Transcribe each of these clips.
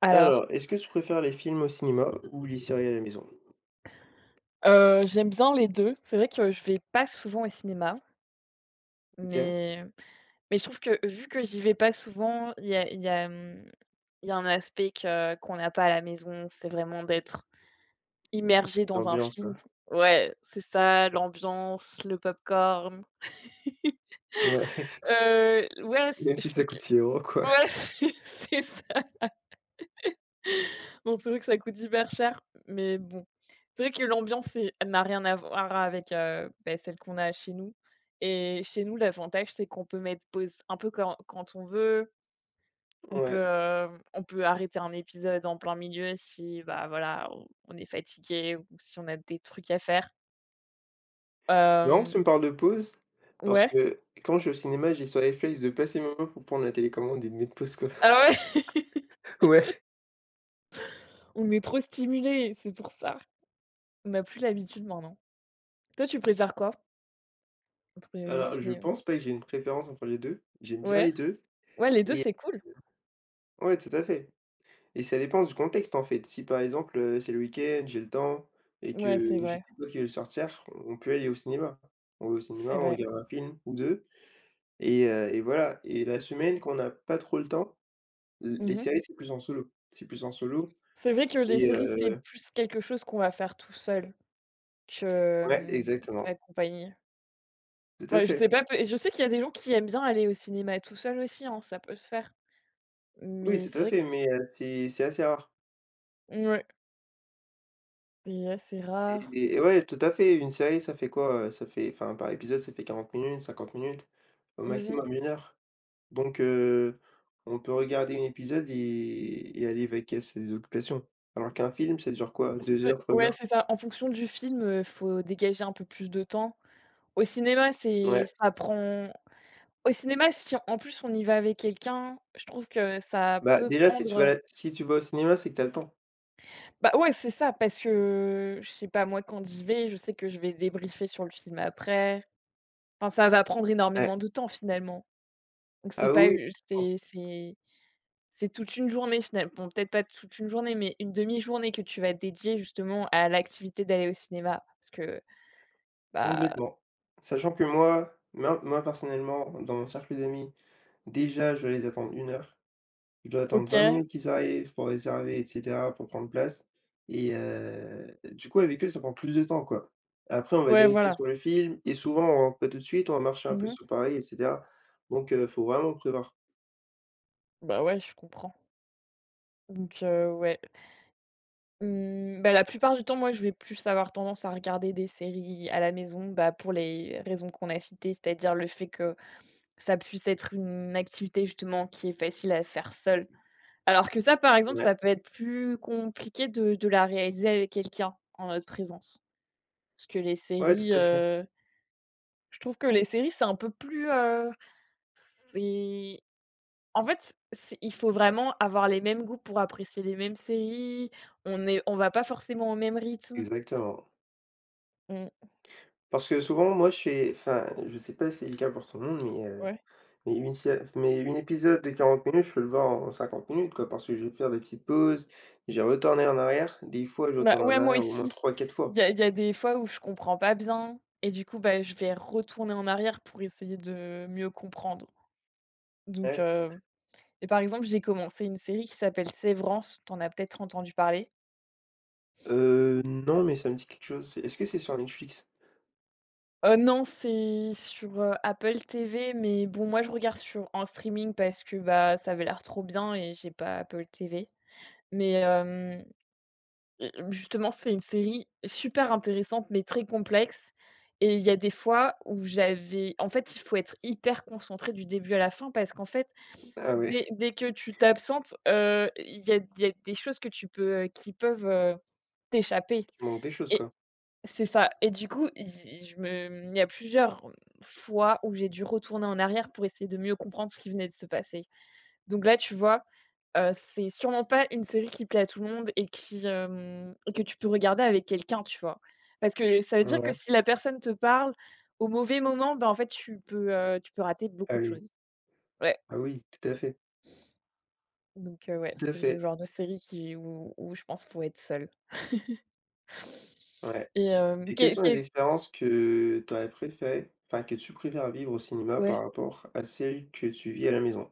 Alors, Alors, est-ce que tu préfères les films au cinéma ou les séries à la maison? J'aime bien les 2. C'est vrai que je vais pas souvent au cinéma, OK. mais mais je trouve que vu que j'y vais pas souvent, il y a, mmh, il y a un aspect que qu'on n'a pas à la maison, c'est vraiment d'être immergé dans un L'ambiance, film. quoi. Ouais, c'est ça, l'ambiance, le popcorn. Ouais, Ouais, c même je si trouve ça que coûte 6 €, quoi. ouais, c'est ça. Bon, c'est vrai que ça coûte hyper cher, mais bon. C'est vrai que l'ambiance, c'est elle n'a rien à voir avec, celle qu'on a chez nous et chez nous, l'avantage, c'est qu'on peut mettre pause un peu quand on veut. On peut, Ouais. heu, on peut arrêter un épisode en plein milieu si, bah, voilà, on est fatigué ou si on a des trucs à faire. C'est marrant, Hem, tu me parles de pause, parce ouais. que quand je vais au cinéma, j'ai ce réflexe de passer ma main pour prendre la télécommande et de mettre pause, quoi. Ah ouais, Ouais. on est trop stimulé, c'est pour ça. On a plus l'habitude maintenant. Toi, tu préfères quoi entre Alors, je ciné, ouais? pense pas que j'ai une préférence entre les 2. J'aime bien Ouais? les 2. Ouais, les 2 Et c'est cool. ouais, tout à fait, et ça dépend du contexte, en fait. Si, par exemple, c'est le week-end, j'ai le temps et Ouais, que c'est j'ai vrai, des potes qui veulent sortir, on peut aller au cinéma. On va au cinéma, c'est on vrai. regarde un film ou 2. Et voilà, et la semaine quand on n'a pas trop le temps, l Mmh les mh. séries, c'est plus en solo. C'est plus en solo. C'est vrai que les et séries, heu c'est plus quelque chose qu'on va faire tout seul ouais, que, mmh, exactement. qu'en compagnie. Tout à Ouais, je fait. sais pas, peut je sais qu'il y a des gens qui aiment bien aller au cinéma tout seul aussi, hein, ça peut se faire. Oui, Mais tout c'est à vrai que fait, mais c'est assez rare. mouais, c'est assez rare. Et ouais, tout à fait. Une série, ça fait quoi, ça fait, enfin, par épisode, ça fait 40 minutes, 50 minutes, au Mmh mh. maximum 1 heure. Donc, on peut regarder un épisode et aller vaquer à ses occupations. Alors qu'un film, ça dure quoi? 2 C'est heures, 3 Ouais, heures? c'est ça. En fonction du film, faut dégager un peu plus de temps. Au cinéma, c'est Ouais. ça prend Au cinéma, si en plus on y va avec quelqu'un, je trouve que ça Bah, peut déjà, prendre. Si tu vas au cinéma, c'est que t'as le temps. Bah, ouais, c'est ça, parce que, je sais pas, moi, quand j'y vais, je sais que je vais débriefer sur le film après. Enfin, ça va prendre Ouais. énormément de temps, finalement. Donc c'est Ah pas, oui, oui. C'est toute une journée, finalement. Bon, peut-être pas toute une journée, mais une demi-journée que tu vas dédier, justement, à l'activité d'aller au cinéma. Parce que, bah, Complètement. Sachant que moi, moi personnellement, dans mon cercle d'amis, déjà je dois les attendre 1 heure. Je dois attendre 20 OK, minutes qu'ils arrivent pour réserver et cetera, pour prendre place, et du coup avec eux ça prend plus de temps, quoi. Après on va ouais, débriefer voilà. sur le film, et souvent on rentre pas tout de suite, on va marcher un peu Mmh. sur Paris et cetera. Donc, faut vraiment prévoir. Bah, ouais, je comprends. Donc ouais. Mmh, Bah, la plupart du temps, moi, je vais plus avoir tendance à regarder des séries à la maison, bah, pour les raisons qu'on a citées, c'est-à-dire le fait que ça puisse être une activité justement qui est facile à faire seule. Alors que ça, par exemple, Ouais, ça peut être plus compliqué de la réaliser avec quelqu'un en notre présence. Parce que les ouais, tout séries, à fait, je trouve que les séries, c'est un peu plus, c'est en fait, c'est il faut vraiment avoir les mêmes goûts pour apprécier les mêmes séries. On va pas forcément au même rythme. exactement. On Parce que souvent moi je fais, enfin, je sais pas si c'est le cas pour tout le monde, mais. Ouais. Mais une sé Mais une épisode de 40 minutes, je peux le voir en 50 minutes, quoi, parce que je vais faire des petites pauses. J'ai retourné en arrière. Des fois, je Bah, retourne en ouais, moi arrière au moins aussi. trois, quatre Il y fois. a il y a des fois où je comprends pas bien et du coup, bah, je vais retourner en arrière pour essayer de mieux comprendre. Donc Ouais, et par exemple, j'ai commencé une série qui s'appelle Sévrance, t'en as peut-être entendu parler? Non, mais ça me dit quelque chose. C'est Est-ce que c'est sur Netflix? Non, c'est sur, Apple TV, mais bon, moi, je regarde sur en streaming parce que, bah, ça avait l'air trop bien et j'ai pas Apple TV. Mais et justement, c'est une série super intéressante, mais très complexe et il y a des fois où j'avais en fait, il faut être hyper concentré du début à la fin parce qu'en fait, Ah ouais, dès que tu t'absentes, il y a des choses que qui peuvent, t'échapper. il manque des choses, Et quoi. c'est ça et du coup, il je me il y a plusieurs fois où j'ai dû retourner en arrière pour essayer de mieux comprendre ce qui venait de se passer. Donc là, tu vois, c'est sûrement pas une série qui plaît à tout le monde et qui, hem et que tu peux regarder avec quelqu'un, tu vois? Parce que ça veut dire que Ouais. si la personne te parle au mauvais moment, bah, en fait, tu peux rater Ah beaucoup de oui. choses. Ouais. Ah oui, tout à fait, Donc ouais, tout à c'est le fait. genre de série qui où où je pense qu'il faut être seul. Ouais, Et hem, et quelles quel sont les quel expériences que tu aurais préféré, enfin, que tu préfères vivre au cinéma Ouais, par rapport à celles que tu vis à la maison?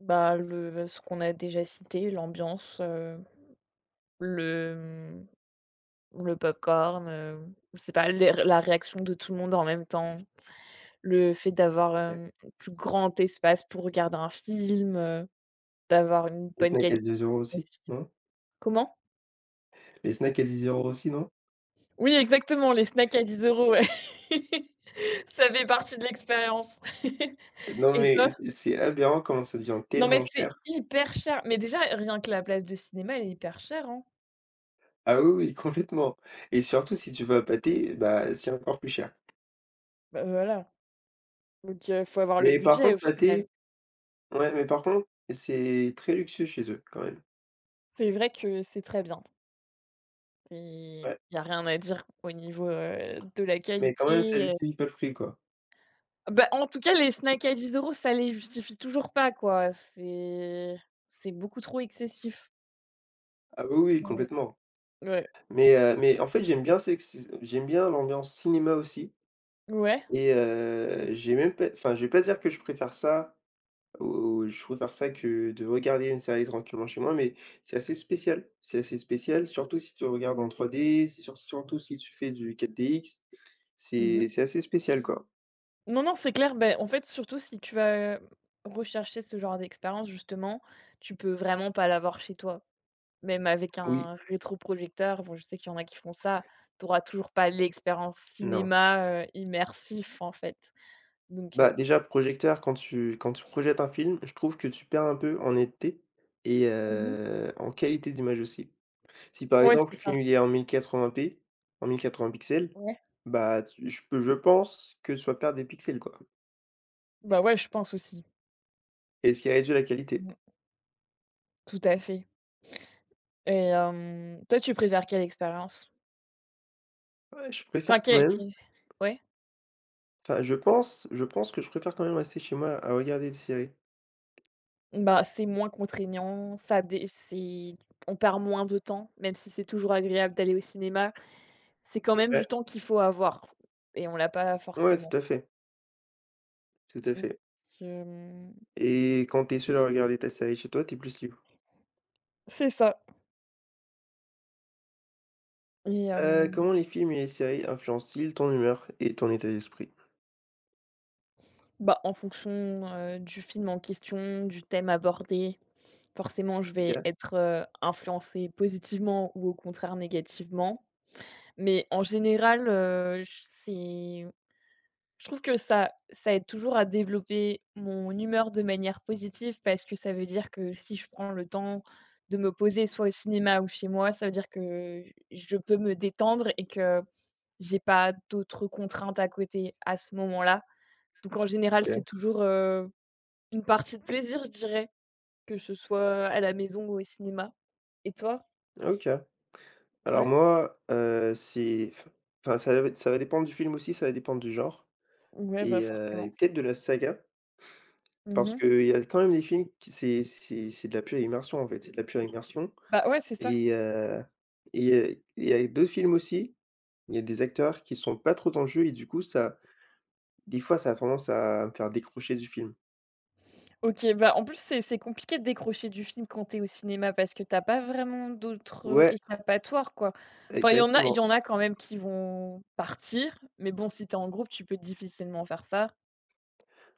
bah, le ce qu'on a déjà cité, l'ambiance, le, mmh, le popcorn, je sais pas, les la réaction de tout le monde en même temps, le fait d'avoir, Ouais. Un plus grand espace pour regarder un film, d'avoir une Les bonne snacks à qualité 10 € aussi, aussi. non? Comment? Les snacks à 10 € aussi, non? Oui, exactement, les snacks à 10 €, ouais. Ça fait partie de l'expérience. Non, Et toi? mais c'est aberrant comment ça devient Non, mais tellement c'est cher. hyper cher. Mais déjà, rien que la place de cinéma, elle est hyper chère, hein. Ah oui, oui, complètement, et surtout si tu vas à pâté, bah, c'est encore plus cher. Bah, voilà, donc faut avoir le Mais par budget au contre final. pâté, ouais, mais par contre, c'est très luxueux chez eux quand même. C'est vrai que c'est très bien. Ouais, Il y a rien à dire au niveau, de la mais quand même ça qualité. justifie pas le prix, quoi. Bah, en tout cas, les snacks à 10 euros, ça les justifie toujours pas, quoi. C'est beaucoup trop excessif. Ah oui, oui, Mmh, complètement. ouais, Mais en fait j'aime bien, c'est que c'est, j'aime bien l'ambiance cinéma aussi, ouais. et j'ai même pas, enfin, je vais pas dire que je préfère ça. Je préfère ça que de regarder une série tranquillement chez moi, mais c'est assez spécial. C'est assez spécial, surtout si tu regardes en 3D, surtout si tu fais du 4DX. Mmh. C'est assez spécial, quoi. Non, non, c'est clair. Ben en fait, surtout si tu vas, rechercher ce genre d'expérience justement, tu peux vraiment pas l'avoir chez toi. Même avec Oui, un rétroprojecteur, bon, je sais qu'il y en a qui font ça, tu auras toujours pas l'expérience non. cinéma, immersif, en fait. Donc Bah, déjà, projecteur, quand tu projettes un film, je trouve que tu perds un peu en netteté et mmh mh. heu, en qualité d'image aussi. Si, par Ouais, exemple, c'est le ça. film, il est en 1080p, en 1080 pixels, Ouais. bah, tu je peux je pense que tu vas perdre des pixels, quoi, Bah, ouais, je pense aussi. et ce qui réduit la qualité. Mmh mh. Tout à fait et toi, tu préfères quelle expérience? Ouais, je Enfin, préfère quand quelle même. qui ouais? Enfin, je pense que je préfère quand même rester chez moi à regarder des séries. Bah, c'est moins contraignant, ça dé c'est on perd moins de temps, même si c'est toujours agréable d'aller au cinéma, c'est quand même Ouais, du temps qu'il faut avoir et on l'a pas ouais, forcément. tout à fait, tout à Donc fait, hem, et quand t'es seul à regarder ta série chez toi, t'es plus libre. c'est ça. Et Comment les films et les séries influencent-ils ton humeur et ton état d'esprit? bah, en fonction, du film en question, du thème abordé, forcément je vais OK, être, influencée positivement ou au contraire négativement. Mais en général, j c'est je trouve que ça aide toujours à développer mon humeur de manière positive parce que ça veut dire que si je prends le temps de me poser soit au cinéma ou chez moi, ça veut dire que je peux me détendre et que j'ai pas d'autres contraintes à côté à ce moment-là. Donc en général, c'est OK, toujours, une partie de plaisir, je dirais, que ce soit à la maison ou au cinéma. Et toi? OK. Alors Ouais, moi, c'est, enfin, enfin ça va dépendre du film aussi, ça va dépendre du genre ouais, bah, et forcément. peut-être de la saga, parce Mmh. qu'il y a quand même des films qui c'est de la pure immersion en fait, c'est de la pure immersion. Bah, ouais, c'est ça. et heu il y a d'autres films aussi. Il y a des acteurs qui sont pas trop dans le jeu, et du coup ça, des fois, ça a tendance à me faire décrocher du film. OK, bah, en plus, c'est compliqué de décrocher du film quand t'es au cinéma parce que t'as pas vraiment d'autres, Ouais, échappatoires, quoi. Enfin, il y en a il y exactement. en a quand même qui vont partir, mais bon, si t'es en groupe, tu peux difficilement faire ça,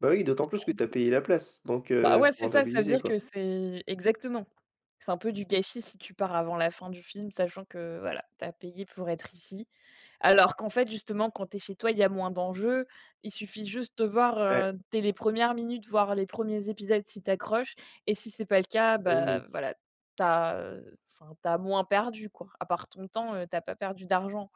Bah, oui, je d'autant plus que trouve. tu as payé la place, donc Bah, heu, ouais, faut c'est ça, ça veut rentabiliser, dire quoi. que c'est exactement. C'est un peu du gâchis si tu pars avant la fin du film, sachant que, voilà, tu as payé pour être ici. Alors qu'en fait, justement, quand tu es chez toi, il y a moins d'enjeux. Il suffit juste de voir, Ouais, dès les premières res minutes, voir les premiers épisodes si tu accroches et si c'est pas le cas, ah oui, bah, oui. voilà, tu as, enfin, moins perdu, quoi. À part ton temps, tu pas perdu d'argent.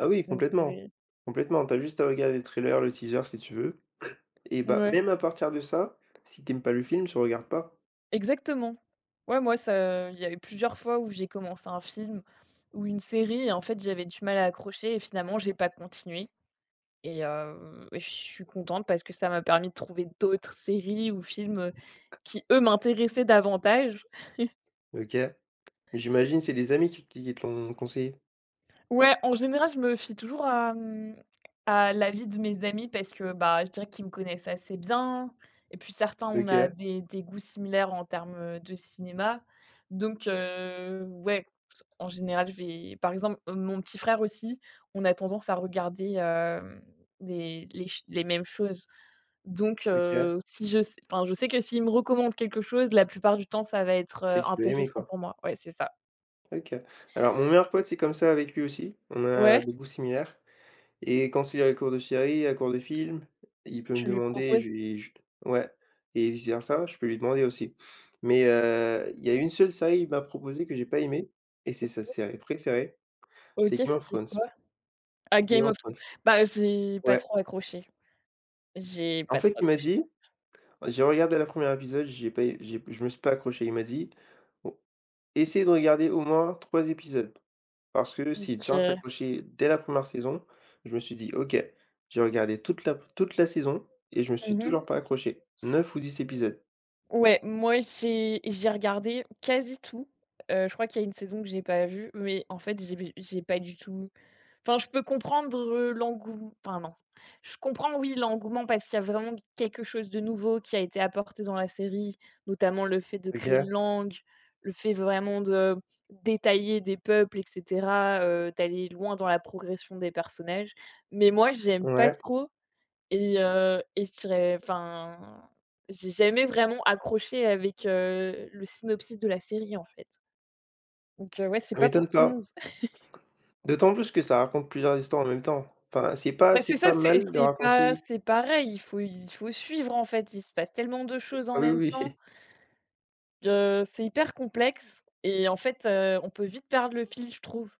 Ah oui, Donc complètement, c'est complètement. T'as juste à regarder le trailer, le teaser si tu veux, et bah, Ouais, même à partir de ça, si t'aimes pas le film, tu regardes pas. exactement. Ouais, moi, ça il y a eu plusieurs fois où j'ai commencé un film ou une série et en fait, j'avais du mal à accrocher et finalement, j'ai pas continué. Et je suis contente parce que ça m'a permis de trouver d'autres séries ou films, qui eux m'intéressaient davantage. OK. J'imagine c'est des amis qui te l'ont conseillé? Ouais, en général, je me fie toujours à l'avis de mes amis parce que, bah, je dirais qu'ils me connaissent assez bien et puis certains, on a OK, des goûts similaires en termes, de cinéma. Donc ouais, en général, je vais par exemple, mon petit frère aussi, on a tendance à regarder, les mêmes choses. Donc OK. Si je sais enfin, je sais que s'il me recommande quelque chose, la plupart du temps, ça va être, C'est que tu l'as aimé, intéressant quoi. pour moi. Ouais, c'est ça. OK. Alors mon meilleur pote, c'est comme ça avec lui aussi. On a Ouais, des goûts similaires, et quand il est à court de série, à court de film, il peut me tu lui demander et proposes. je lui je ouais, et vice versa, je peux lui demander aussi. Mais, il y a une seule série il m'a proposée que j'ai pas aimée, et c'est sa série préférée, OK, c'est Game of c'était Thrones. quoi? Ah, Game Game of of Thrones. Thrones. Bah, j'ai pas Ouais. trop accroché. J'ai En pas trop fait, il m'a accroché dit, j'ai regardé la première épisode, j'ai pas é j'ai je me suis pas accroché. Il m'a dit: «Bon, essaie de regarder au moins 3 épisodes». Parce que si Django heu s'accrochait dès la première saison, je me suis dit: «OK». J'ai regardé toute la saison et je me suis toujours mmh pas accroché. 9 ou 10 épisodes. Ouais, moi, j'ai regardé quasi tout. Je crois qu'il y a une saison que j'ai pas vue, mais en fait, j'ai pas du tout. Enfin, je peux comprendre, l'engoum enfin non. Je comprends, oui, l'engouement parce qu'il y a vraiment quelque chose de nouveau qui a été apporté dans la série, notamment le fait de OK, créer une langue, le fait vraiment de détailler des peuples et cetera, d'aller loin dans la progression des personnages. Mais moi, j'aime pas ouais, trop et je dirais enfin, j'ai jamais vraiment accroché avec, le synopsis de la série, en fait. Donc ouais, c'est ça pas pour m'étonne tout le pas. monde. D'autant plus que ça raconte plusieurs histoires en même temps. Enfin, c'est pas Bah, c'est c'est ça, pas mal de c'est pas raconter. c'est pareil, il faut suivre, en fait. Il se passe tellement de choses Ah en oui, même temps oui, que c'est hyper complexe et en fait, on peut vite perdre le fil, je trouve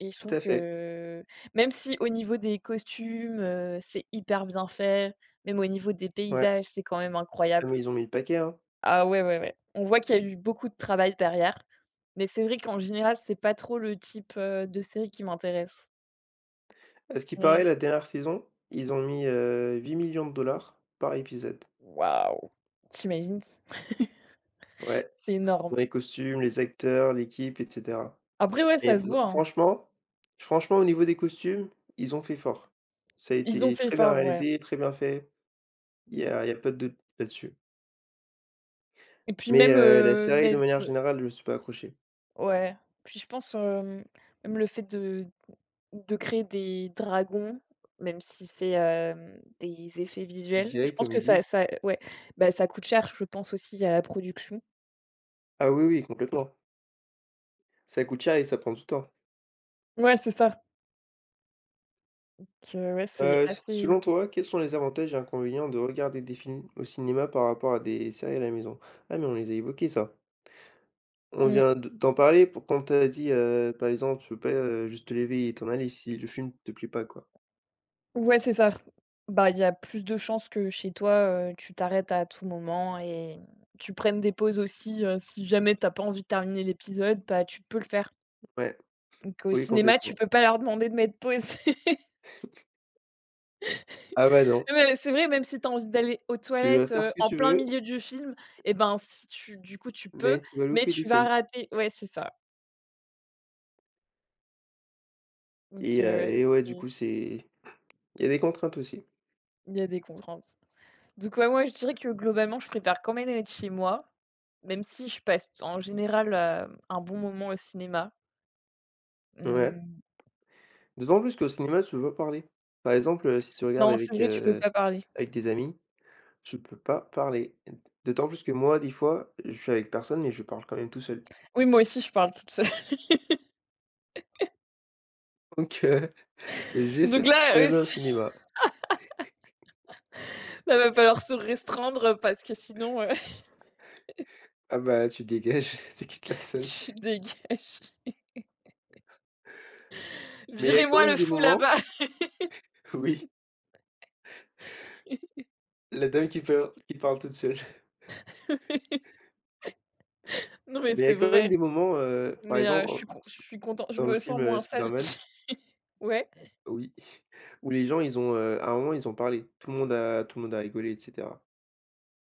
et je tout trouve à fait. que même si au niveau des costumes, c'est hyper bien fait, même au niveau des Ouais. paysages, c'est quand même Ah incroyable. mais ils ont mis le paquet, hein. Ah ouais, ouais, ouais. On voit qu'il y a eu beaucoup de travail derrière, mais c'est vrai qu'en général, c'est pas trop le type, de série qui m'intéresse. À ce qui Ouais. paraît, la dernière saison, ils ont mis, 8 millions de dollars par épisode. Waouh! Tu imagines? Ouais. C'est énorme. Pour les costumes, les acteurs, l'équipe et cetera. Après, ouais, Mais ça se v voit, hein. franchement franchement, au niveau des costumes, ils ont fait fort. Ça a Ils ont été fait très bien fort, ouais. réalisé, très bien fait. Il y a pas de doute là-dessus. Et puis Mais même, heu, la heu, série, de même, manière heu générale, je ne suis pas accroché. ouais. Puis je pense, même le fait de créer des dragons, même si c'est, des effets C'est visuels, je CGI, pense comme que ils ça disent. ça ouais, bah, ça coûte cher, je pense aussi à la production. Ah oui, oui, complètement. Ça coûte cher et ça prend du temps. Ouais, c'est ça, que ouais, c'est S assez Selon toi, quels sont les avantages et inconvénients de regarder des films au cinéma par rapport à des séries à la maison? Ah mais on les a évoqués, ça. On mmh. vient de d'en parler, pour quand t'as dit, par exemple, tu veux pas, juste te lever et t'en aller si le film te plaît pas, quoi? Ouais, c'est ça. Bah, il y a plus de chances que chez toi, tu t'arrêtes à tout moment et tu prennes des pauses aussi, si jamais tu as pas envie de terminer l'épisode, bah, tu peux le faire. Ouais, Donc au oui, cinéma, tu complètement. peux pas leur demander de mettre pause. Ah bah, non, Mais c'est vrai, même si tu as envie d'aller aux tu vas toilettes, faire ce que en tu plein veux, milieu du film et ben, si tu du coup, tu peux, mais tu vas mais louper des tu vas scènes. rater, ouais, c'est ça. Donc et heu et ouais, du oui, coup, c'est il y a des contraintes aussi. il y a des contraintes. Donc ouais, moi, je dirais que globalement, je préfère quand même être chez moi, même si je passe en général, un bon moment au cinéma. Ouais, Mmh, d'autant plus qu'au cinéma, tu veux pas parler. Par exemple, si tu regardes non, c'est avec, vrai, tu peux heu, pas parler. avec des amis. Je peux pas parler. D'autant plus que moi, des fois, je suis avec personne, mais je parle quand même tout seul. Oui, moi aussi, je parle toute seule. Donc, j'ai ce Donc petit là, problème-là au cinéma. là, va falloir se restreindre parce que sinon. Ah bah, tu dégages, tu quittes la salle. Tu dégages. Mais il y a quand Virez-moi même le des fou moments. là-bas! Oui, la dame qui parle toute seule. Non, mais Mais il y c'est a quand même vrai. des moments, par Mais, exemple, en je suis content, je dans le me film, sens moins sale. Spider-Man. Ouais? Oui, où les gens, à un moment, ils ont parlé. Tout le monde a rigolé et cetera.